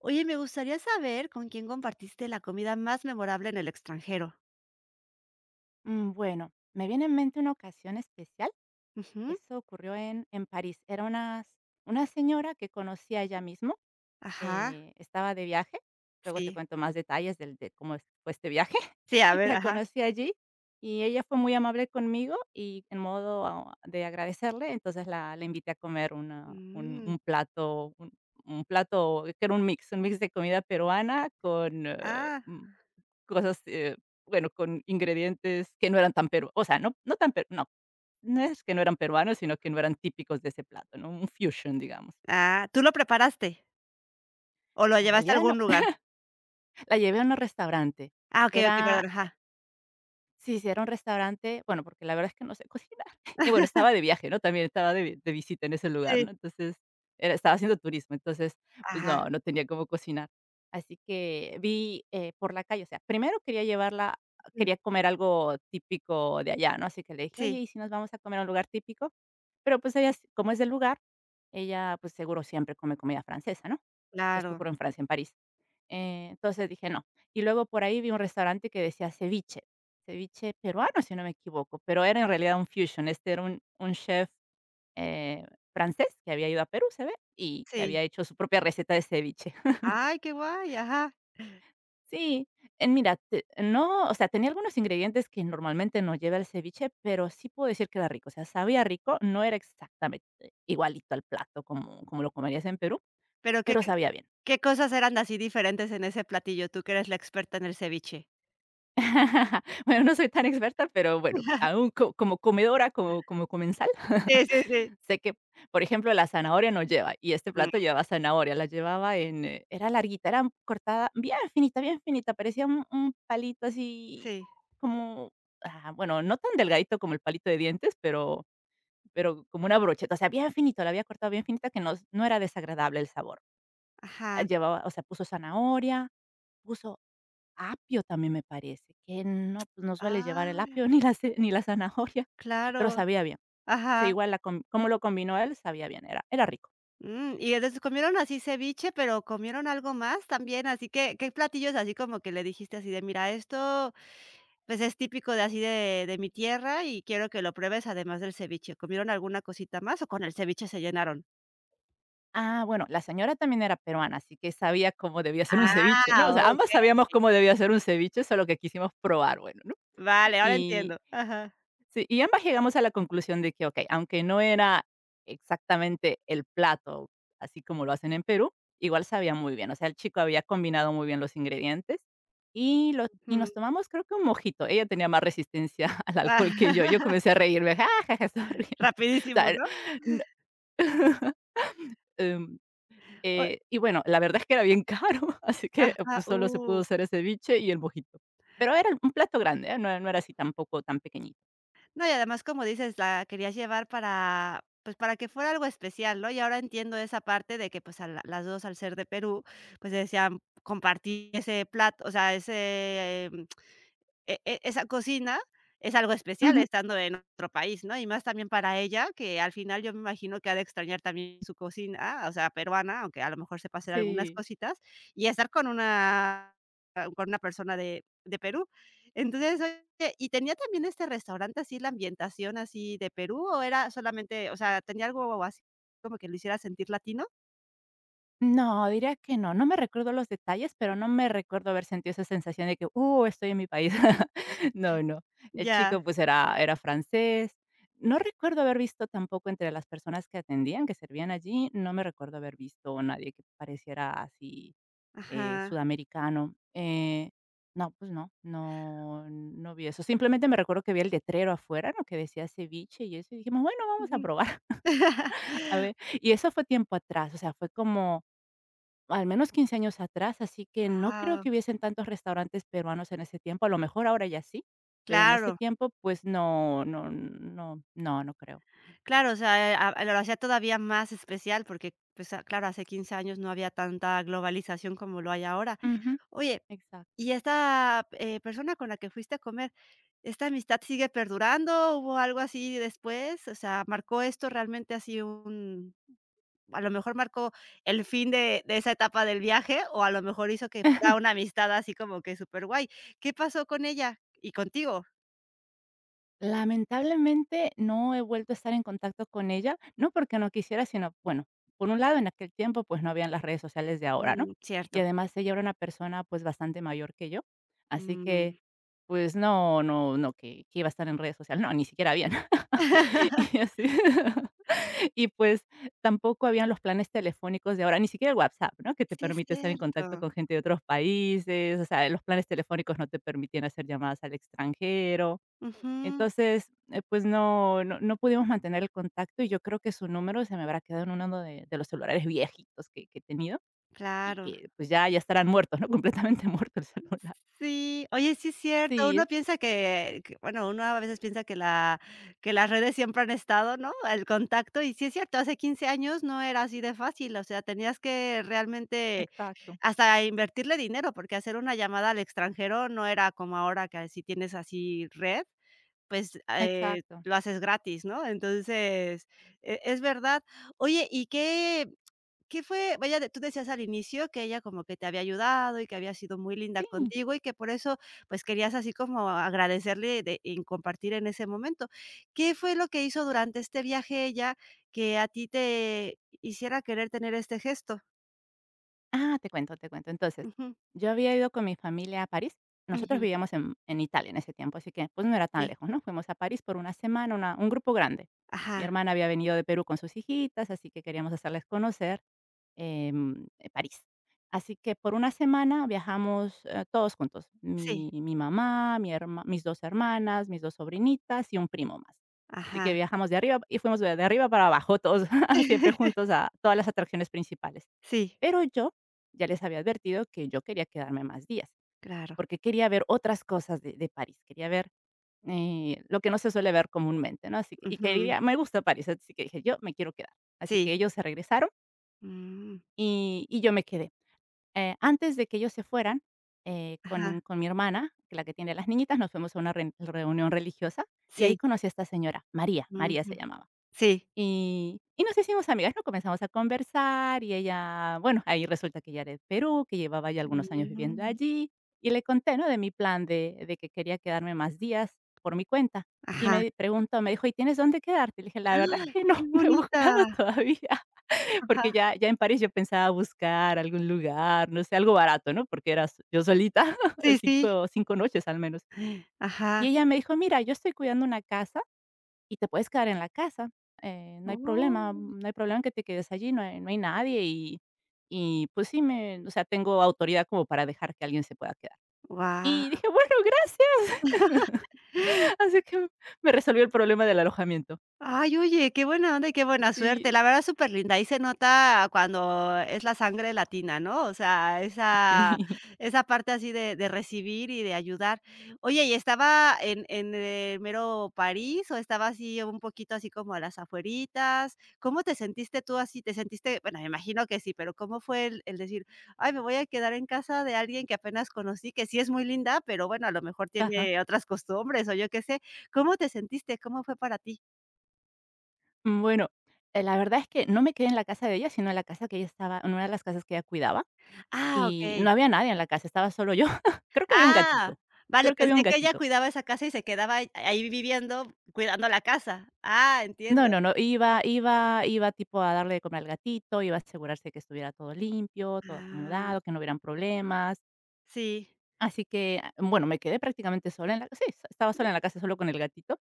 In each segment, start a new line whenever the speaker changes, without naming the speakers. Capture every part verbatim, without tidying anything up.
Oye, me gustaría saber con quién compartiste la comida más memorable en el extranjero.
Mm, bueno, me viene en mente una ocasión especial.
Ujú.
Eso ocurrió en en París. Era unas una señora que conocía allá mismo.
Ajá,
Eh, estaba de viaje. Luego te
sí.
cuento más detalles del de cómo es- fue este viaje.
Sí, a ver,
La
ajá.
conocí allí, y ella fue muy amable conmigo, y en modo a- de agradecerle, entonces la, la invité a comer una- un,
Mm,
un plato, un, un plato que era un mix, un mix de comida peruana con eh,
ah,
mm, cosas, eh, bueno, con ingredientes que no eran tan peruanos. O sea, no, no tan peruanos. No, no es que no eran peruanos, sino que no eran típicos de ese plato, ¿no? Un fusion, digamos.
ah, ¿tú lo preparaste o lo
En
llevaste a
realidad,
algún
no.
lugar?
La llevé a un restaurante.
Ah, okey,
Era
okey, perdón, ajá.
Sí, sí, era un restaurante. Bueno, porque la verdad es que no sé cocinar. Y bueno, estaba de viaje, ¿no? También estaba de vi de visita en ese lugar,
Sí,
¿no? Entonces, era estaba haciendo turismo. Entonces, pues
ajá,
no, no tenía cómo cocinar. Así que vi, eh, por la calle. O sea, primero quería llevarla
mm,
quería comer algo típico de allá, ¿no? Así que le dije: "Oye,
sí,
¿y si nos vamos a comer a un lugar típico?". Pero, pues, ella, como es del lugar, ella, pues, seguro siempre come comida francesa, ¿no? Esto
claro,
ocurrió en Francia, en París. Eh, entonces dije: "No". Y luego por ahí vi un restaurante que decía ceviche, ceviche peruano, si no me equivoco, pero era en realidad un fusion. Este era un un chef, eh, francés, que había ido a Perú, se ve, y que
sí.
había hecho su propia receta de ceviche.
Ay, qué guay, ajá.
Sí. Eh, mira, te no, o sea, tenía algunos ingredientes que normalmente no lleva el ceviche, pero sí puedo decir que era rico. O sea, sabía rico. No era exactamente igualito al plato, como como lo comerías en Perú,
Pero, ¿qué
pero
qué
sabía bien.
qué cosas eran así diferentes en ese platillo? Tú que eres la experta en el ceviche.
Bueno, no soy tan experta, pero bueno, aún co como comedora, como como comensal,
Sí, sí, sí.
sé que, por ejemplo, la zanahoria no lleva, y este
Mm,
plato llevaba zanahoria. La llevaba en eh, era larguita, era cortada bien finita, bien finita. Parecía un un palito así
sí,
como, ah, bueno, no tan delgadito como el palito de dientes, pero pero como una brocheta. O sea, bien finito. La había cortado bien finita, que no no era desagradable el sabor. Ah,
ajá.
llevaba, o sea, puso zanahoria, puso apio también, me parece, que no, pues, no suele llevar
Ah,
el apio ni la ce ni la zanahoria, pero
claro,
sabía bien. O sea,
ajá.
igual la com cómo lo combinó él, sabía bien, era era rico.
Mm, y entonces comieron así ceviche, pero ¿comieron algo más también? Así que, ¿qué platillos así como que le dijiste así de: "Mira, esto, pues, es típico de así de de mi tierra y quiero que lo pruebes además del ceviche"? ¿Comieron alguna cosita más o con el ceviche se llenaron?
Ah, bueno, la señora también era peruana, así que sabía cómo debía ser un ceviche,
Ah,
¿no? O sea, ambas
okey.
sabíamos cómo debía ser un ceviche, solo que quisimos probar, bueno, ¿no?
Vale, ahora
Y
entiendo. Ajá.
Sí, y ambas llegamos a la conclusión de que, okey, aunque no era exactamente el plato así como lo hacen en Perú, igual sabía muy bien. O sea, el chico había combinado muy bien los ingredientes, y lo y
Ujú.
nos tomamos, creo que, un mojito. Ella tenía más resistencia al
Ah,
alcohol que yo. Yo comencé a reírme, ja, ja, ja, estaba riendo. O
rapidísimo,
sea,
¿no?
no. em,
O
eh, y bueno, la verdad es que era bien caro, así que, eh,
ajá,
pues, solo se pudo
uh.
hacer ese ceviche y el mojito. Pero era un plato grande, ¿eh? No no era así tampoco tan pequeñito.
No, y además, como dices, la querías llevar para, pues, para que fuera algo especial, ¿no? Y ahora entiendo esa parte de que, pues, a la las dos al ser de Perú, pues, decían compartir ese plato, o sea, ese em, e e esa cocina es algo especial
Ujú,
estando en otro país, ¿no? Y más también para ella, que al final yo me imagino que ha de extrañar también su cocina, o sea, peruana, aunque a lo mejor sepa hacer algunas
sí.
cositas, y estar con una con una persona de de Perú. Entonces, oye, ¿y tenía también este restaurante así la ambientación así de Perú o era solamente, o sea, tenía algo así como que lo hiciera sentir latino?
No, diría que no. No me recuerdo los detalles, pero no me recuerdo haber sentido esa sensación de que, uh, estoy en mi país. No, no. El
Ya,
chico, pues, era era francés. No recuerdo haber visto tampoco entre las personas que atendían, que servían allí. No me recuerdo haber visto a nadie que pareciera así, eh,
ajá.
sudamericano. Eh, no, pues no, no no vi eso. Simplemente me recuerdo que vi el letrero afuera, ¿no?, que decía ceviche y eso, y dijimos: "Bueno, vamos a probar, a ver". Y eso fue tiempo atrás, o sea, fue como al menos quince años atrás, así que no creo
Wow,
que hubiesen tantos restaurantes peruanos en ese tiempo. A lo mejor ahora ya sí, pero en ese
claro.
tiempo, pues no, no, no, no, no creo.
Claro, o sea, eh, a lo hacía todavía más especial porque, pues, ah, claro, hace quince años no había tanta globalización como lo hay ahora.
Ujú,
Oye,
exacto.
y esta, eh, persona con la que fuiste a comer, ¿esta amistad sigue perdurando? ¿Hubo algo así después? O sea, ¿marcó esto realmente así un a lo mejor marcó el fin de de esa etapa del viaje, o a lo mejor hizo que fuera una amistad así como que súper guay. ¿Qué pasó con ella y contigo?
Lamentablemente no he vuelto a estar en contacto con ella, no porque no quisiera, sino, bueno, por un lado, en aquel tiempo, pues no habían las redes sociales de ahora, ¿no?
Mm,
Y
cierto.
además, ella era una persona, pues, bastante mayor que yo, así que,
Mm.
pues no, no, no, que, que iba a estar en redes sociales, no, ni siquiera bien. Y así y pues, tampoco habían los planes telefónicos de ahora, ni siquiera el WhatsApp, ¿no? Que te
Sí, es
permite estar en contacto
cierto.
con gente de otros países. O sea, los planes telefónicos no te permitían hacer llamadas al extranjero.
Ujú,
Entonces, eh, pues no no no pudimos mantener el contacto, y yo creo que su número se me habrá quedado en uno de de los celulares viejitos que que he tenido, y
claro.
que, pues, ya ya estarán muertos, ¿no? Completamente muerto el celular.
Sí, oye, sí es cierto, uno
Sí,
piensa que que, bueno, uno a veces piensa que la que las redes siempre han estado, ¿no?, el contacto, y sí es cierto, hace quince años no era así de fácil, o sea, tenías que realmente
exacto,
hasta invertirle dinero, porque hacer una llamada al extranjero no era como ahora que si tienes así red, pues, eh,
exacto.
lo haces gratis, ¿no? Entonces, e es verdad. Oye, ¿y qué ¿qué fue? Vaya, de tú decías al inicio que ella como que te había ayudado y que había sido muy linda
Sí.
contigo y que por eso, pues, querías así como agradecerle de en compartir en ese momento. ¿Qué fue lo que hizo durante este viaje ella que a ti te hiciera querer tener este gesto?
Ah, te cuento, te cuento. Entonces,
Ujú,
yo había ido con mi familia a París. Nosotros
ujú,
vivíamos en, en Italia en ese tiempo, así que pues no era tan
sí,
lejos, ¿no? Fuimos a París por una semana, una- un grupo grande. Mi
ajá,
hermana había venido de Perú con sus hijitas, así que queríamos hacerles conocer em, eh, París. Así que por una semana viajamos, eh, todos juntos,
sí,
mi mi mamá, mi herma mis dos hermanas, mis dos sobrinitas y un primo más. Así que
ajá.
viajamos de arriba y fuimos de de arriba para abajo todos, siempre juntos a todas las atracciones principales.
Sí,
Pero yo ya les había advertido que yo quería quedarme más días,
claro,
porque quería ver otras cosas de de París, quería ver, eh, lo que no se suele ver comúnmente, ¿no? Así que y
ujú,
quería me gusta París, así que dije: "Yo me quiero quedar". Así que
sí,
ellos se regresaron
mm,
y y yo me quedé. Eh, antes de que ellos se fueran, eh,
ajá,
con con mi hermana, que la que tiene las niñitas, nos fuimos a una ren reunión religiosa, y ahí
sí,
conocí a esta señora, María, María se
ujú,
llamaba.
sí,
Y y nos hicimos amigas, ¿no? Comenzamos a conversar, y ella, bueno, ahí resulta que ella era de Perú, que llevaba ya algunos años viviendo
mm,
allí, y le conté, ¿no?, de mi plan de de que quería quedarme más días por mi cuenta, y
ajá.
me preguntó, me dijo: "¿Y tienes dónde quedarte?". Le dije: "La verdad es
¡Ay,
que
qué
no, no he buscado
bonita!
todavía".
Ajá,
Porque ya ya en París yo pensaba buscar algún lugar, no sé, algo barato, ¿no? Porque era s yo solita,
sí, sí,
cinco, cinco noches al menos. Y
ajá.
ella me dijo: "Mira, yo estoy cuidando una casa y te puedes quedar en la casa. Eh, no hay problema.
Oh,
Mm, no hay problema que te quedes allí. No hay no hay nadie, y y pues, sí, me o sea, tengo autoridad como para dejar que alguien se pueda quedar".
guau.
Y dije: "Bueno, gracias". Así que me resolvió el problema del alojamiento.
Ay, oye, qué buena onda y qué buena
Sí,
suerte. La verdad, súper linda. Ahí se nota cuando es la sangre latina, ¿no? O sea, esa
sí.
esa parte así de de recibir y de ayudar. Oye, ¿y estaba en en el mero París o estaba así un poquito así como a las afueritas? ¿Cómo te sentiste tú así? ¿Te sentiste? Bueno, me imagino que sí, pero ¿cómo fue el el decir: "Ay, me voy a quedar en casa de alguien que apenas conocí, que sí es muy linda, pero bueno, a lo mejor
Ajá.
tiene otras costumbres", o yo qué sé? ¿Cómo te sentiste? ¿Cómo fue para ti?
Mm, bueno, eh, la verdad es que no me quedé en la casa de ella, sino en la casa que ella estaba en una de las casas que ella cuidaba,
Ah,
y no
okey.
había nadie en la casa, estaba solo yo. Creo que había un
Ah,
gatito,
vale,
creo que había un
pensé que ella
gatito.
cuidaba esa casa y se quedaba ahí ahí viviendo, cuidando la casa. Ah,
No,
entiendo.
no, no, iba iba iba tipo a darle de comer al gatito, iba a asegurarse que estuviera todo limpio, todo
Ah,
acomodado, que no hubieran problemas.
sí.
Así que, ah, bueno, me quedé prácticamente sola en la casa. Sí, s- estaba sola en la casa, solo con el gatito.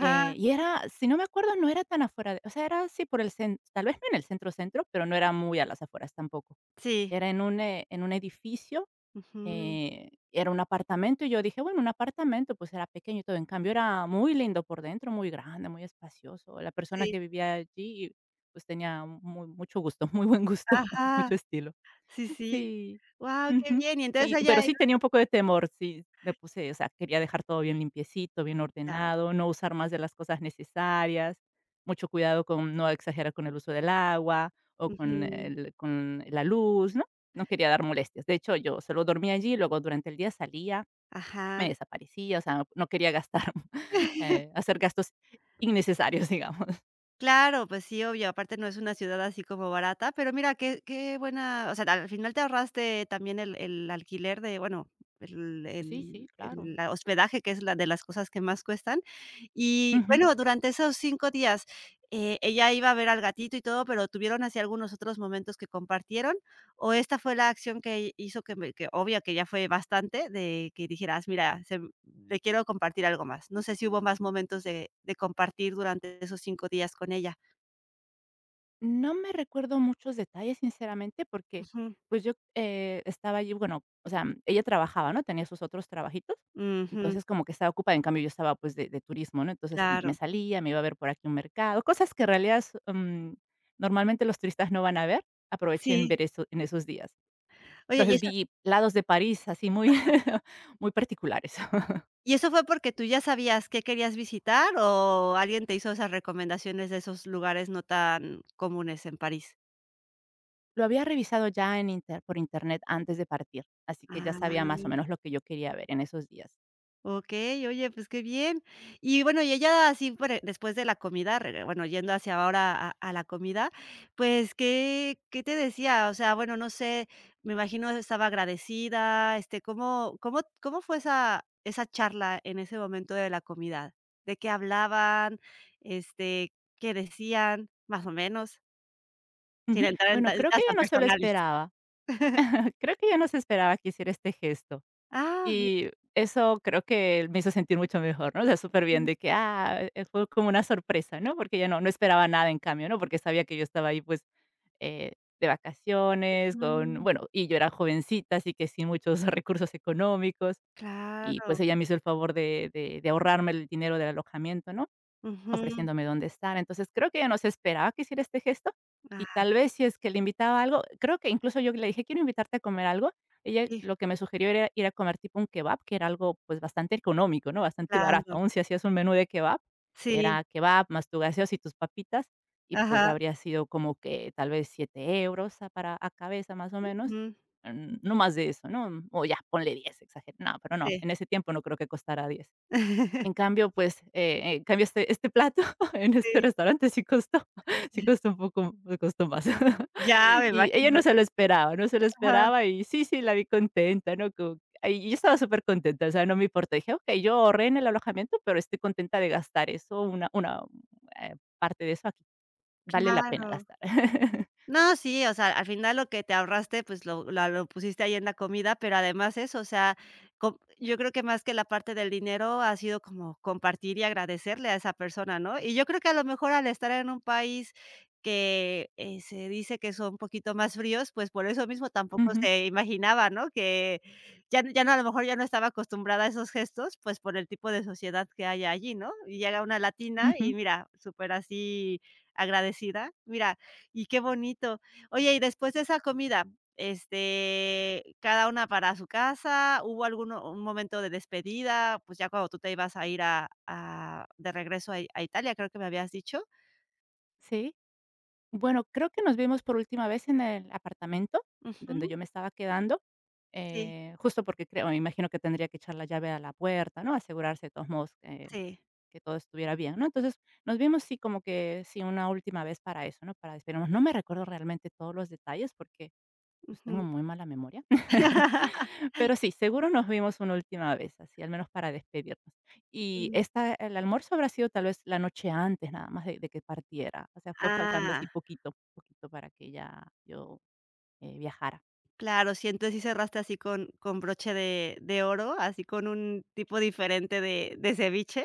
eh, Y era, si no me acuerdo, no era tan afuera, de o sea, era sí por el cen tal vez no en el centro, centro, pero no era muy a las afueras tampoco.
sí.
Era en un, eh, en un edificio.
Ujú,
Eh, era un apartamento, y yo dije: "Bueno, un apartamento, pues, era pequeño y todo". En cambio, era muy lindo por dentro, muy grande, muy espacioso. La persona
sí.
que vivía allí, pues, tenía mu mucho gusto, muy buen gusto,
Ajá,
mucho estilo.
sí, sí.
Sí.
Guau, qué
Ujú.
bien. Y entonces
Sí,
ella
pero sí
era
tenía un poco de temor. Sí, me puse, o sea, quería dejar todo bien limpiecito, bien
la
ordenado, no usar más de las cosas necesarias, mucho cuidado con no exagerar con el uso del agua o con
ujú,
el con la luz, ¿no? No quería dar molestias. De hecho, yo solo dormía allí, luego durante el día salía,
ajá.
me desaparecía, o sea, no quería gastar, eh, hacer gastos innecesarios, digamos.
Claro, pues sí, obvio, aparte no es una ciudad así como barata, pero mira, qué qué buena, o sea, al final te ahorraste también el el alquiler de, bueno, el
Sí, sí,
el
claro.
el la- hospedaje, que es la de las cosas que más cuestan. Y bueno, durante esos cinco días, eh, ella iba a ver al gatito y todo, pero, ¿tuvieron así algunos otros momentos que compartieron? O esta fue la acción que hizo que me que obvio que ya fue bastante, de que dijeras: "Mira, se le quiero compartir algo más". No sé si hubo más momentos de de compartir durante esos cinco días con ella.
No me recuerdo muchos detalles, sinceramente, porque,
Ujú,
pues, yo, eh, estaba allí, bueno, o sea, ella trabajaba, ¿no? Tenía sus otros trabajitos,
ujú,
entonces como que estaba ocupada, en cambio yo estaba, pues, de de turismo, ¿no? Entonces, sí, me
claro.
salía, me iba a ver por aquí un mercado, cosas que en realidad, mm, normalmente los turistas no van a ver, aproveché en
Sí.
ver eso en esos días.
Oye, ¿y
Entonces,
eso
vi lados de París así muy muy particulares.
¿y eso fue porque tú ya sabías qué querías visitar o alguien te hizo esas recomendaciones de esos lugares no tan comunes en París?
Lo había revisado ya en inter por internet antes de partir, así que ya sabía más o
Ah.
menos lo que yo quería ver en esos días.
Okey, oye, pues qué bien. Y bueno, y ella así, pare después de la comida, reg bueno, yendo hacia ahora a a la comida, pues, ¿qué qué te decía? O sea, bueno, no sé, me imagino estaba agradecida, este, ¿cómo cómo cómo fue esa esa charla en ese momento de la comida? ¿De qué hablaban? Este, ¿qué decían? Más o menos, sin
Ujú.
entrar en ta-
Bueno, creo que
detalles
ella
tan
no se lo
personales.
esperaba. Creo que ella no se esperaba que hiciera este gesto.
Ah, bien.
Y eso creo que me hizo sentir mucho mejor, ¿no? O sea, superbién de que, ah, eh, fue como una sorpresa, ¿no? Porque ella no, no esperaba nada en cambio, ¿no? Porque sabía que yo estaba ahí, pues, eh, de vacaciones, con,
Mm,
bueno, y yo era jovencita, así que sin muchos recursos económicos. Y pues
claro.
ella me hizo el favor de, de, de ahorrarme el dinero del alojamiento, ¿no?
Ujú.
Ofreciéndome dónde estar. Entonces, creo que ella no se esperaba que hiciera este gesto, y
Ah,
tal vez si es que le invitaba algo, creo que incluso yo le dije: "Quiero invitarte a comer algo". Ella
sí,
lo que me sugirió era ir a comer tipo un kebab, que era algo, pues, bastante económico, ¿no? Bastante
claro.
barato, aún si hacías un menú de kebab,
Sí,
era kebab más tu gaseosa y tus papitas, y pues,
ajá,
habría sido como que tal vez siete euros a para a cabeza, más o menos,
ujú,
mm, no más de eso, ¿no? O ya, ponle diez, exageré. No, pero no,
sí.
en ese tiempo no creo que costara diez. En cambio, pues, eh, en cambio, este este plato en este
Sí,
restaurante sí costó, sí costó un poco, pues, costó más.
ya me
Y ella
imagino.
no se lo esperaba, no se lo
Ajá,
esperaba y sí, sí, la vi contenta, ¿no? Como ahí yo estaba súper contenta, o sea, no me importó. Dije: "Okey, yo ahorré en el alojamiento, pero estoy contenta de gastar eso, una una, eh, parte de eso aquí. Vale la pena
claro.
gastar".
No, sí, o sea, al final lo que te ahorraste, pues lo la lo pusiste ahí en la comida, pero además eso, o sea, com yo creo que más que la parte del dinero ha sido como compartir y agradecerle a esa persona, ¿no? Y yo creo que a lo mejor al estar en un país que, eh, se dice que son un poquito más fríos, pues por eso mismo tampoco
Ujú,
se imaginaba, ¿no? Que ya ya no, a lo mejor ya no estaba acostumbrada a esos gestos, pues por el tipo de sociedad que hay allí, ¿no? Y llega una latina y
ujú.
mira, súper así agradecida. Mira, y qué bonito. Oye, y después de esa comida, este, cada una para su casa, ¿hubo alguno un momento de despedida? Pues, ya cuando tú te ibas a ir a a de regreso a I a Italia, creo que me habías dicho.
Sí. Bueno, creo que nos vimos por última vez en el apartamento donde
Ujú.
yo me estaba quedando,
Sí,
eh, justo porque creo, me imagino que tendría que echar la llave a la puerta, ¿no? Asegurarse de todos modos que
sí.
que todo estuviera bien, ¿no? Entonces, nos vimos, sí, como que sí, una última vez para eso, ¿no? Para despedirnos. No me recuerdo realmente todos los detalles porque pues
Ujú.
tengo muy mala memoria. Pero sí, seguro nos vimos una última vez, así al menos para despedirnos. Y
Mm.
esta el almuerzo habrá sido tal vez la noche antes nada más de de que partiera, o sea, fue faltando así
Ah.
poquito, poquito para que ya yo, eh, viajara.
Claro, sí, entonces sí cerraste así con con broche de de oro, así con un tipo diferente de de ceviche,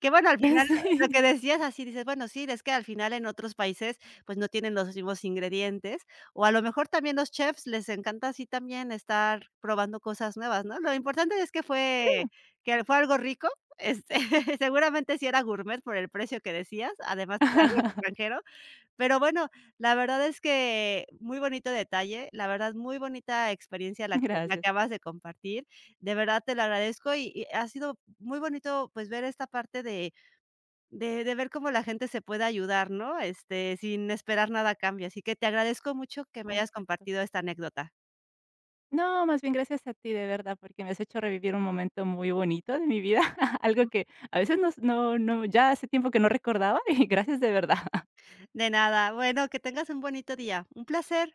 que bueno, al final lo
Sí,
que decías así dices, bueno, sí, es que al final en otros países, pues, no tienen los mismos ingredientes, o a lo mejor también los chefs les encanta así también estar probando cosas nuevas, ¿no? Lo importante es que fue
sí.
que fue algo rico, este, seguramente sí era gourmet por el precio que decías, además era algo extranjero. Pero bueno, la verdad es que muy bonito detalle, la verdad, muy bonita experiencia la que me
Gracias,
acabas de compartir. De verdad te lo agradezco y y ha sido muy bonito, pues, ver esta parte de de de ver cómo la gente se puede ayudar, ¿no? Este, sin esperar nada a cambio. Así que te agradezco mucho que me
es
hayas
cierto.
compartido esta anécdota.
No, más bien gracias a ti, de verdad, porque me has hecho revivir un momento muy bonito de mi vida, algo que a veces no, no no, ya hace tiempo que no recordaba, y gracias de verdad.
De nada. Bueno, que tengas un bonito día. Un placer.